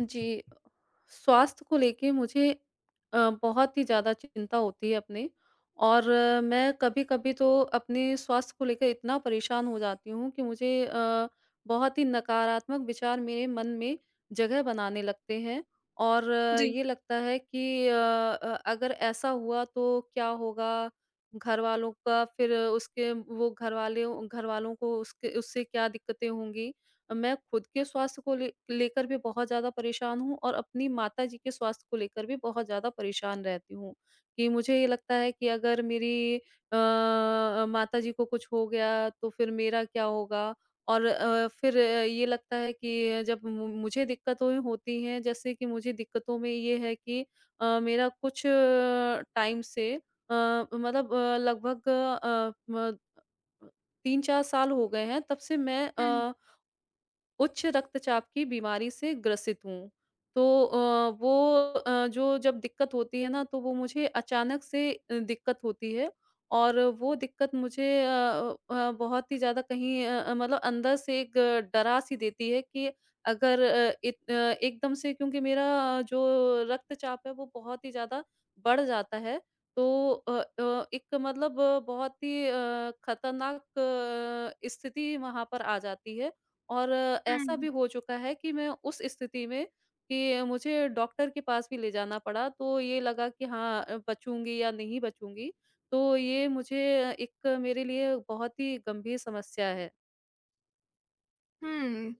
जी, स्वास्थ्य को लेके मुझे बहुत ही ज़्यादा चिंता होती है अपने और मैं कभी-कभी तो अपने स्वास्थ्य को लेकर इतना परेशान हो जाती हूँ कि मुझे बहुत ही नकारात्मक विचार मेरे मन में जगह बनाने लगते हैं और जी। ये लगता है कि अगर ऐसा हुआ तो क्या होगा? घरवालों का फिर उसके वो घरवाले घरवालों को उसके उससे क्या दिक्कतें होंगी? मैं खुद के स्वास्थ्य को ले लेकर भी बहुत ज़्यादा परेशान हूँ और अपनी माताजी के स्वास्थ्य को लेकर भी बहुत ज़्यादा परेशान रहती हूँ, कि मुझे ये लगता है कि अगर मेरी माताजी को कुछ हो गया तो फिर मेरा क्या होगा? और फिर ये लगता है कि जब मु मुझे दिक्कतें होती हैं जैसे कि मुझे दिक्कतों में ये है कि मेरा कुछ टाइम से मतलब लगभग अ, म 3-4 साल हो गए हैं तब से मैं हुँ, उच्च रक्तचाप की बीमारी से ग्रसित हूँ। तो वो जो जब दिक्कत होती है ना, तो वो मुझे अचानक से दिक्कत होती है और वो दिक्कत मुझे बहुत ही ज़्यादा कहीं मतलब अंदर से एक डरा-सी देती है कि अगर एकदम से क्योंकि मेरा जो रक्तचाप है, वो बहुत ही ज़्यादा बढ़ जाता है। तो एक मतलब बहुत ही खतरनाक स्थिति वहाँ पर आ जाती है और ऐसा भी हुँ, हो चुका है कि मैं उस स्थिति में कि मुझे डॉक्टर के पास भी ले जाना पड़ा, तो ये लगा कि हाँ बचूँगी या नहीं बचूँगी। तो ये मुझे एक मेरे लिए बहुत ही गंभीर समस्या है। हुँ।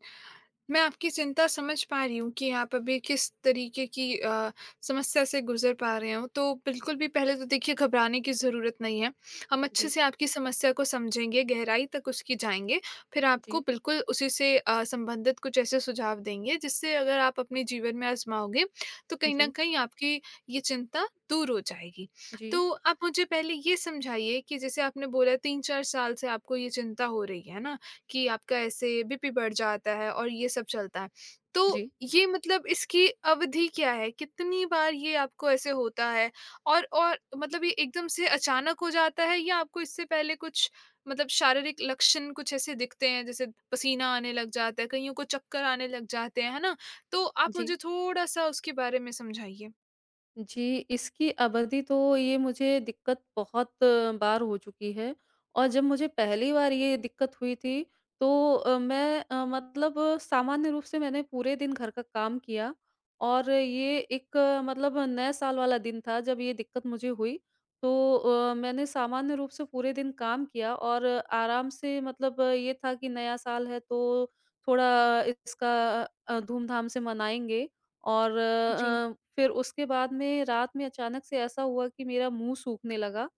मैं आपकी चिंता समझ पा रही हूँ कि आप अभी किस तरीके की समस्या से गुज़र पा रहे हो। तो बिल्कुल भी पहले तो देखिए घबराने की ज़रूरत नहीं है। हम अच्छे जी, से आपकी समस्या को समझेंगे, गहराई तक उसकी जाएँगे, फिर आपको जी, बिल्कुल उसी से संबंधित कुछ ऐसे सुझाव देंगे जिससे अगर आप अपने जीवन में आज़माओगे तो कहीं न जी, कहीं आपकी ये चिंता दूर हो जाएगी। जी, तो आप मुझे पहले ये समझाइए कि जैसे आपने बोला 3-4 साल से आपको ये चिंता हो रही है ना? कि आपका ऐसे बीपी बढ़ जाता है और ये सब चलता है। तो जी, ये मतलब इसकी अवधि क्या है? कितनी बार ये आपको ऐसे होता है? और मतलब ये एकदम से अचानक हो जाता है या आपको इससे पहले कुछ मतलब शारीरिक लक्षण कुछ ऐसे दिखते हैं जैसे पसीना आने लग जाता है, कईयों को चक्कर आने लग जाते हैं, है ना? तो आप जी। मुझे थोड़ा-सा उसके बारे में समझाइए। जी, इसकी अवधि तो ये मुझे दिक्कत बहुत बार हो चुकी है और जब मुझे पहली बार ये दिक्कत हुई थी तो मैं मतलब सामान्य रूप से मैंने पूरे दिन घर का काम किया और ये एक मतलब नए साल वाला दिन था जब ये दिक्कत मुझे हुई। तो मैंने सामान्य रूप से पूरे दिन काम किया और आराम से मतलब ये था कि नया साल है तो थोड़ा इसका धूम-धाम से मनाएँगे। और जी, फिर उसके बाद में रात में अचानक से ऐसा हुआ कि मेरा मुँह सूखने लगा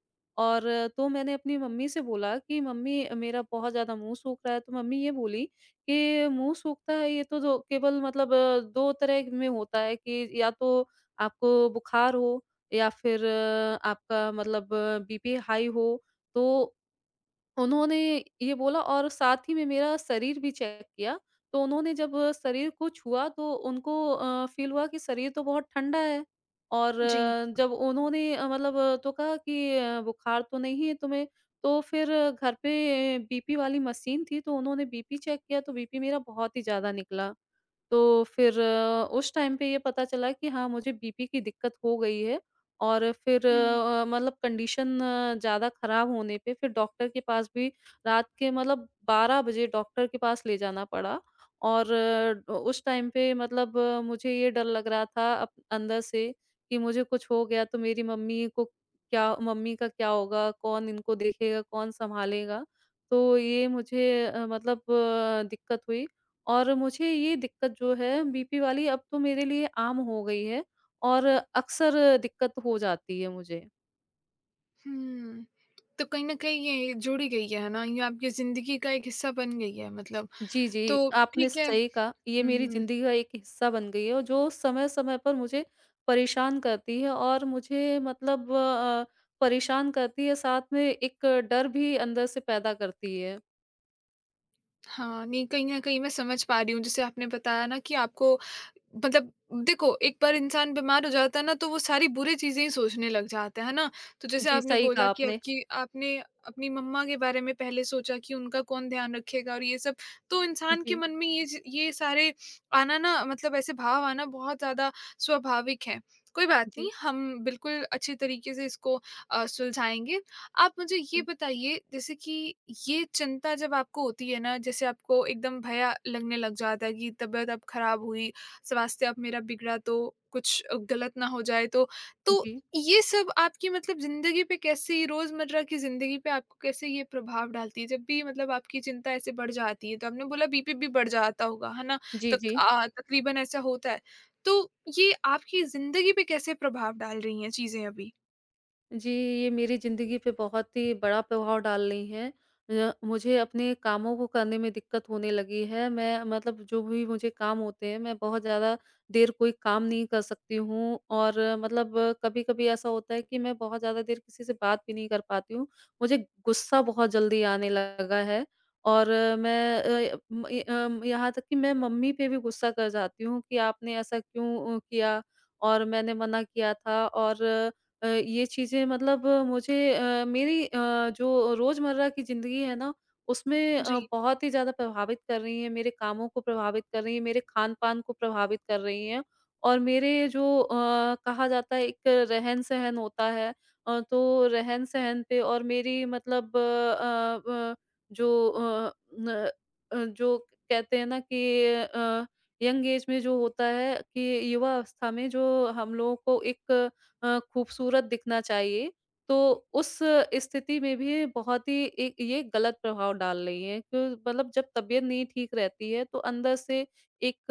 और तो मैंने अपनी मम्मी से बोला कि मम्मी मेरा बहुत ज़्यादा मुँह सूख रहा है, तो मम्मी ये बोली कि मुँह सूखता है ये तो दो केवल मतलब 2 तरह में होता है कि या तो आपको बुखार हो या फिर आपका मतलब बीपी हाई हो, तो उन्होंने ये बोला और साथ ही में मेरा शरीर भी चेक किया, तो उन्होंने जब शरीर को छुआ तो उनको फ़ील हुआ कि शरीर तो बहुत ठंडा है और जी। जब उन्होंने मतलब तो कहा कि बुखार तो नहीं है तुम्हें, तो फिर घर पे बीपी वाली मशीन थी तो उन्होंने बीपी चेक किया तो बीपी मेरा बहुत ही ज़्यादा निकला। तो फिर उस टाइम पे ये पता चला कि हाँ, मुझे बीपी की दिक्कत हो गई है और फिर हुँ, मतलब कंडीशन ज़्यादा ख़राब होने पे फिर डॉक्टर के पास भी रात के मतलब 12 बजे डॉक्टर के पास ले जाना पड़ा और उस टाइम पे मतलब मुझे ये डर लग रहा था अप अंदर से कि मुझे कुछ हो गया तो मेरी मम्मी को क्या मम्मी का क्या होगा? कौन इनको देखेगा? कौन सँभालेगा? तो ये मुझे मतलब दिक्कत हुई और मुझे ये दिक्कत जो है बीपी वाली अब तो मेरे लिए आम हो गई है और अक्सर दिक्कत हो जाती है मुझे। हुँ। तो कहीं न कहीं ये जुड़ी गई है ना, ये आपकी ज़िंदगी का एक हिस्सा बन गई है मतलब। जी, जी, तो आपने ठीक है। सही कहा, ये मेरी हुँ, ज़िंदगी का एक हिस्सा बन गई है और जो समय-समय पर मुझे परेशान करती है और मुझे मतलब परेशान करती है, साथ में एक डर भी अंदर से पैदा करती है। हाँ, नहीं कहीं न कहीं मैं समझ पा रही हूँ जैसे आपने बताया ना कि आपको मतलब देखो एक बार इंसान बीमार हो जाता है ना तो वो सारी बुरी चीज़ें ही सोचने लग जाता है ना? तो जैसे जी, आपने सही कहा बोला कि आपने। आपकी आपने अपनी मम्मा के बारे में पहले सोचा कि उनका कौन ध्यान रखेगा और ये सब, तो इंसान के जी, मन में ये सारे आना ना मतलब ऐसे भाव आना बहुत ज़्यादा स्वाभाविक है। कोई बात जी, नहीं, हम बिल्कुल अच्छे तरीके से इसको सुलझाएँगे। आप मुझे ये जी, बताइए जैसे कि ये चिंता जब आपको होती है ना जैसे आपको एकदम भया लगने लग जाता है कि तबीयत अब खराब हुई, स्वास्थ्य अब मेरा बिगड़ा तो कुछ गलत ना हो जाए तो, तो जी, ये सब आपकी मतलब ज़िंदगी पे कैसे रोज़मर्रा की ज़िंदगी पे आपको कैसे ये प्रभाव डालती है? जब भी मतलब आपकी चिंता ऐसे बढ़ जाती है तो आपने बोला बीपी भी बढ़ जाता होगा, है ना? जी, जी। तकरीबन ऐसा होता है। तो ये आपकी ज़िंदगी पे कैसे प्रभाव डाल रही हैं चीज़ें अभी? जी, ये मेरी ज़िंदगी पे बहुत ही बड़ा प्रभाव डाल रही हैं। मुझे अपने कामों को करने में दिक्कत होने लगी है। मैं मतलब जो भी मुझे काम होते हैं, मैं बहुत ज़्यादा देर कोई काम नहीं कर सकती हूँ और मतलब कभी-कभी ऐसा होता है कि मैं बहुत ज़्यादा देर किसी से बात भी नहीं कर पाती हूँ। मुझे गुस्सा बहुत जल्दी आने लगा है और मैं यहाँ तक कि मैं मम्मी पे भी गुस्सा कर जाती हूँ कि आपने ऐसा क्यों किया और मैंने मना किया था और ये चीज़ें मतलब मुझे मेरी जो रोज़मर्रा की ज़िंदगी है ना, उसमें जी। बहुत ही ज़्यादा प्रभावित कर रही हैं, मेरे कामों को प्रभावित कर रही हैं, मेरे खान-पान को प्रभावित कर रही हैं और मेरे जो कहा जाता है एक रहन-सहन होता है तो रहन-सहन पे और मेरी मतलब जो अ, न अ, जो कहते हैं ना कि यंग एज में जो होता है कि युवा अवस्था में जो हम लोगों को एक खूबसूरत दिखना चाहिए, तो उस स्थिति में भी बहुत ही ए ये गलत प्रभाव डाल रही है कि मतलब जब तबीयत नहीं ठीक रहती है, तो अंदर से एक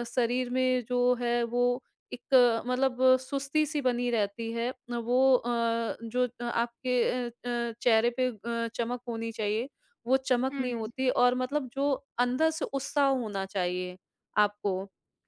शरीर में जो है वो एक मतलब सुस्ती-सी बनी रहती है। वो जो आपके चेहरे पे चमक होनी चाहिए, वो चमक हुँ, नहीं हुँ। होती और मतलब जो अंदर से उत्साह होना चाहिए आपको,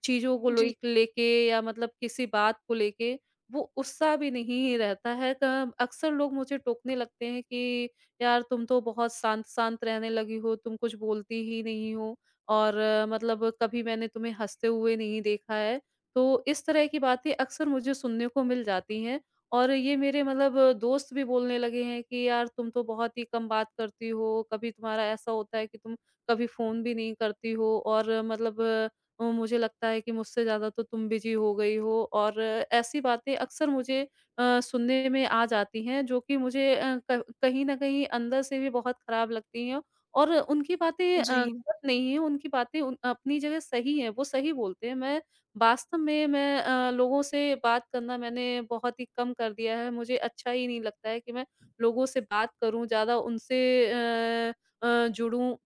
चीज़ों को जी। लोई लेके या मतलब किसी बात को लेके। वो उत्साह भी नहीं रहता है। क अक्सर लोग मुझे टोकने लगते हैं कि, "यार तुम तो बहुत शांत-शांत रहने लगी हो, तुम कुछ बोलती ही नहीं हो और मतलब कभी मैंने तुम्हें हँसते हुए नहीं देखा है।" तो इस तरह की बातें अक्सर मुझे सुनने को मिल जाती हैं और ये मेरे मतलब दोस्त भी बोलने लगे हैं कि, "यार तुम तो बहुत ही कम बात करती हो, कभी तुम्हारा ऐसा होता है कि तुम कभी फ़ोन भी नहीं करती हो और मतलब मुझे लगता है कि मुझसे ज़्यादा तो तुम बिज़ी हो गई हो और ऐसी बातें अक्सर मुझे सुनने में आ जाती हैं जो कि मुझे अ, क कहीं न कहीं अंदर से भी बहुत खराब लगती हैं और उनकी बातें जी, गलत नहीं हैं, उनकी बातें उन अपनी जगह सही हैं, वो सही बोलते हैं। मैं वास्तव में मैं लोगों से बात करना मैंने बहुत ही कम कर दिया है। मुझे अच्छा ही नहीं लगता है कि मैं लोगों से बात करूँ, ज़्यादा उनसे अ जुड़ूँ।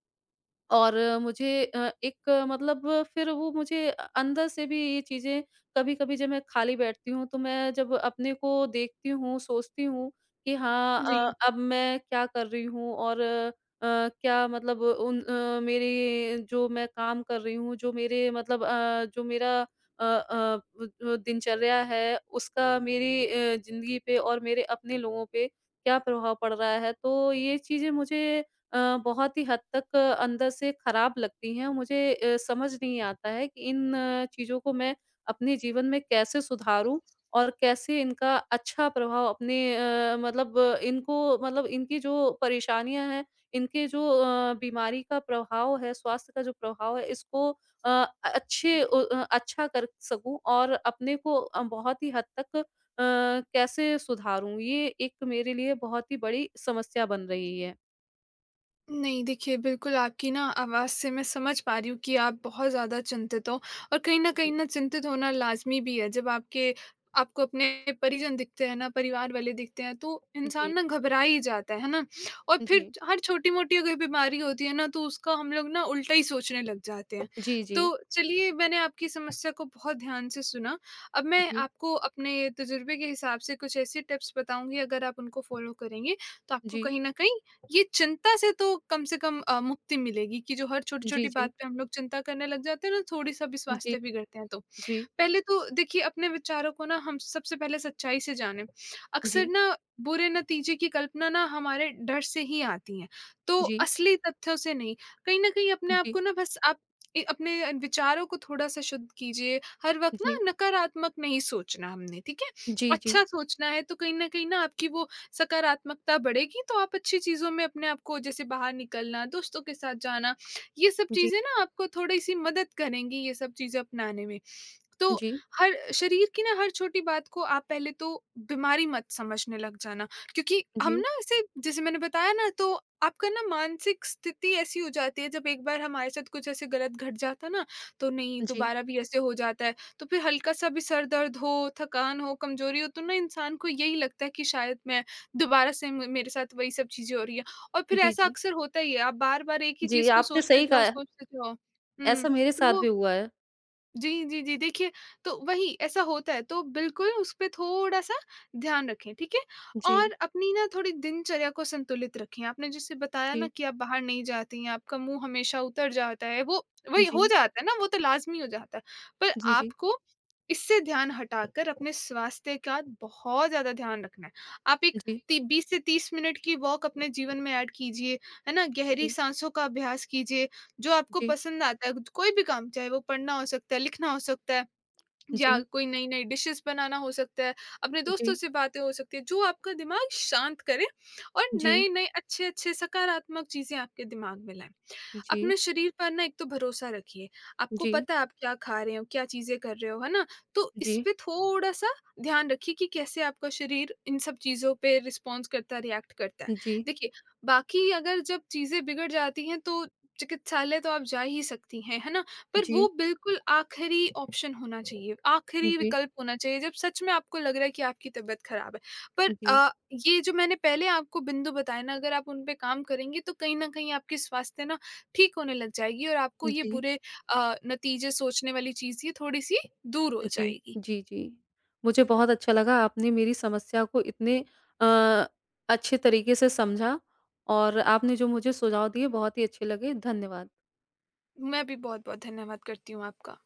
और मुझे एक मतलब फिर वो मुझे अंदर से भी ये चीज़ें कभी-कभी जब मैं खाली बैठती हूँ, तो मैं जब अपने को देखती हूँ, सोचती हूँ कि हाँ, जी। अब मैं क्या कर रही हूँ और क्या मतलब मेरे जो मैं काम कर रही हूँ, जो मेरे मतलब जो मेरा अ अ, दिनचर्या है, उसका मेरी ज़िंदगी पे और मेरे अपने लोगों पे क्या प्रभाव पड़ रहा है। तो ये चीज़ें मुझे बहुत ही हद तक अंदर से खराब लगती हैं। मुझे समझ नहीं आता है कि इन चीज़ों को मैं अपने जीवन में कैसे सुधारूँ और कैसे इनका अच्छा प्रभाव अपने मतलब इनको मतलब इनकी जो परेशानियाँ हैं, इनके जो बीमारी का प्रभाव है, स्वास्थ्य का जो प्रभाव है, इसको अ, अच्छा कर सकूँ और अपने को बहुत ही हद तक कैसे सुधारूँ? ये एक मेरे लिए बहुत ही बड़ी समस्या बन रही है। नहीं देखिए, बिल्कुल आपकी ना आवाज़ से मैं समझ पा रही हूँ कि आप बहुत ज़्यादा चिंतित हो और कहीं न कहीं जी। ना चिंतित होना लाज़मी भी है। जब आपके आपको अपने परिजन दिखते हैं ना, परिवार वाले दिखते हैं, तो जी, इंसान जी। ना घबरा ही जाता है ना? और फिर जी, हर छोटी-मोटी अगर बीमारी होती है ना, तो उसका हम लोग ना उल्टा ही सोचने लग जाते हैं। तो जी। चलिए मैंने आपकी समस्या को बहुत ध्यान से सुना। अब मैं जी, आपको अपने तजुर्बे के हिसाब से कुछ ऐसे टिप्स बताऊँगी, अगर आप उनको फ़ॉलो करेंगे, तो आपको जी। कहीं न कहीं ये चिंता से तो कम से कम मुक्ति मिलेगी कि जो हर जी, छोटी-छोटी जी। बात पे हम लोग चिंता करने लग जाते हैं ना, थोड़ी-सा भी स्वास्थ्य बिगड़ते हैं तो। जी, जी। पहले तो देखिए अपने विचारों को ना हम सबसे पहले सच्चाई से जानें। अक्सर जी, ना बुरे नतीजे की कल्पना ना हमारे डर से ही आती है, तो जी। असली तथ्यों से नहीं। कहीं न कहीं अपने आप को ना बस आप अपने विचारों को थोड़ा-सा शुद्ध कीजिए। हर वक़्त जी, ना जी। नकारात्मक नहीं सोचना हमने, ठीक है? जी, जी। अच्छा सोचना है तो कहीं न कहीं ना आपकी वो सकारात्मकता बढ़ेगी तो आप अच्छी चीज़ों में अपने आप को जैसे बाहर निकलना, दोस्तों के साथ जाना, ये सब जी, जी। चीज़ें ना आपको थोड़ी-सी मदद करेंगी ये सब चीज़ें अपनाने में। तो जी, हर शरीर की ना हर छोटी बात को आप पहले तो बीमारी मत समझने लग जाना क्योंकि हम ना ऐसे जैसे मैंने बताया ना तो आपका ना मानसिक स्थिति ऐसी हो जाती है जब एक बार हमारे साथ कुछ ऐसे गलत घट जाता ना तो नहीं जी। दोबारा भी ऐसे हो जाता है। तो फिर हल्का-सा भी सर दर्द हो, थकान हो, कमज़ोरी हो तो ना इंसान को यही लगता है कि शायद मैं दोबारा से म मेरे साथ वही सब चीज़ें हो रही हैं। और फिर जी, ऐसा जी। अक्सर होता ही है, आप बार-बार एक ही जी, चीज़ को आपने सोचते सही कहा जाओ, है। सोचते जाओ। ऐसा मेरे तो साथ वो भी हुआ है। जी, जी, जी। देखिए, तो वही ऐसा होता है, तो बिल्कुल उस पे थोड़ा-सा ध्यान रखें, ठीक है? जी, और अपनी ना थोड़ी दिनचर्या को संतुलित रखें। आपने जैसे बताया ना जी, कि आप बाहर नहीं जाती हैं, आपका मुँह हमेशा उतर जाता है, वो वही जी। हो जाता है ना, वो तो लाज़मी हो जाता है। पर जी, जी। आपको इससे ध्यान हटाकर अपने स्वास्थ्य का बहुत ज़्यादा ध्यान रखना है। आप जी, एक जी। ती 20 से 30 मिनट की वॉक अपने जीवन में ऐड कीजिए, है ना? गहरी जी, साँसों का अभ्यास कीजिए। जो आपको जी। पसंद आता है, कोई भी काम चाहे वो पढ़ना हो सकता है, लिखना हो सकता है जी, या जी। कोई नई-नई डिशेज़ बनाना हो सकता है, अपने दोस्तों से बातें हो सकती है, जो आपका दिमाग शांत करे और जी, नए-नए अच्छे-अच्छे सकारात्मक चीज़ें आपके दिमाग में लाएँ। जी। अपने शरीर पर ना एक तो भरोसा रखिए, जी, आपको जी। पता है आप क्या खा रहे हो, क्या चीज़ें कर रहे हो, है ना? तो जी, इस जी। पे थोड़ा-सा ध्यान रखिए कि कैसे आपका शरीर इन सब चीज़ों पे रिस्पॉन्स करता है, रिएक्ट करता है। देखिए, बाकी अगर जब चीज़ें बिगड़ जाती हैं तो चिकित्सालय तो आप जा ही सकती हैं, है ना? पर जी, वो बिल्कुल आखिरी ऑप्शन होना चाहिए, आखिरी विकल्प होना चाहिए जब सच में आपको लग रहा है कि आपकी तबीयत खराब है। पर जी। ये जो मैंने पहले आपको बिंदु बताए ना अगर आप उन पे काम करेंगी तो कहीं न कहीं आपके स्वास्थ्य ना ठीक होने लग जाएगी और आपको ये जी बुरे नतीजे सोचने वाली चीज़ ये थोड़ी-सी दूर हो जी, जाएगी। जी, जी। मुझे बहुत अच्छा लगा आपने मेरी समस्या को इतने अ, अच्छे तरीके से समझा और आपने जो मुझे सुझाव दिए बहुत ही अच्छे लगे। धन्यवाद। मैं भी बहुत-बहुत धन्यवाद करती हूँ आपका।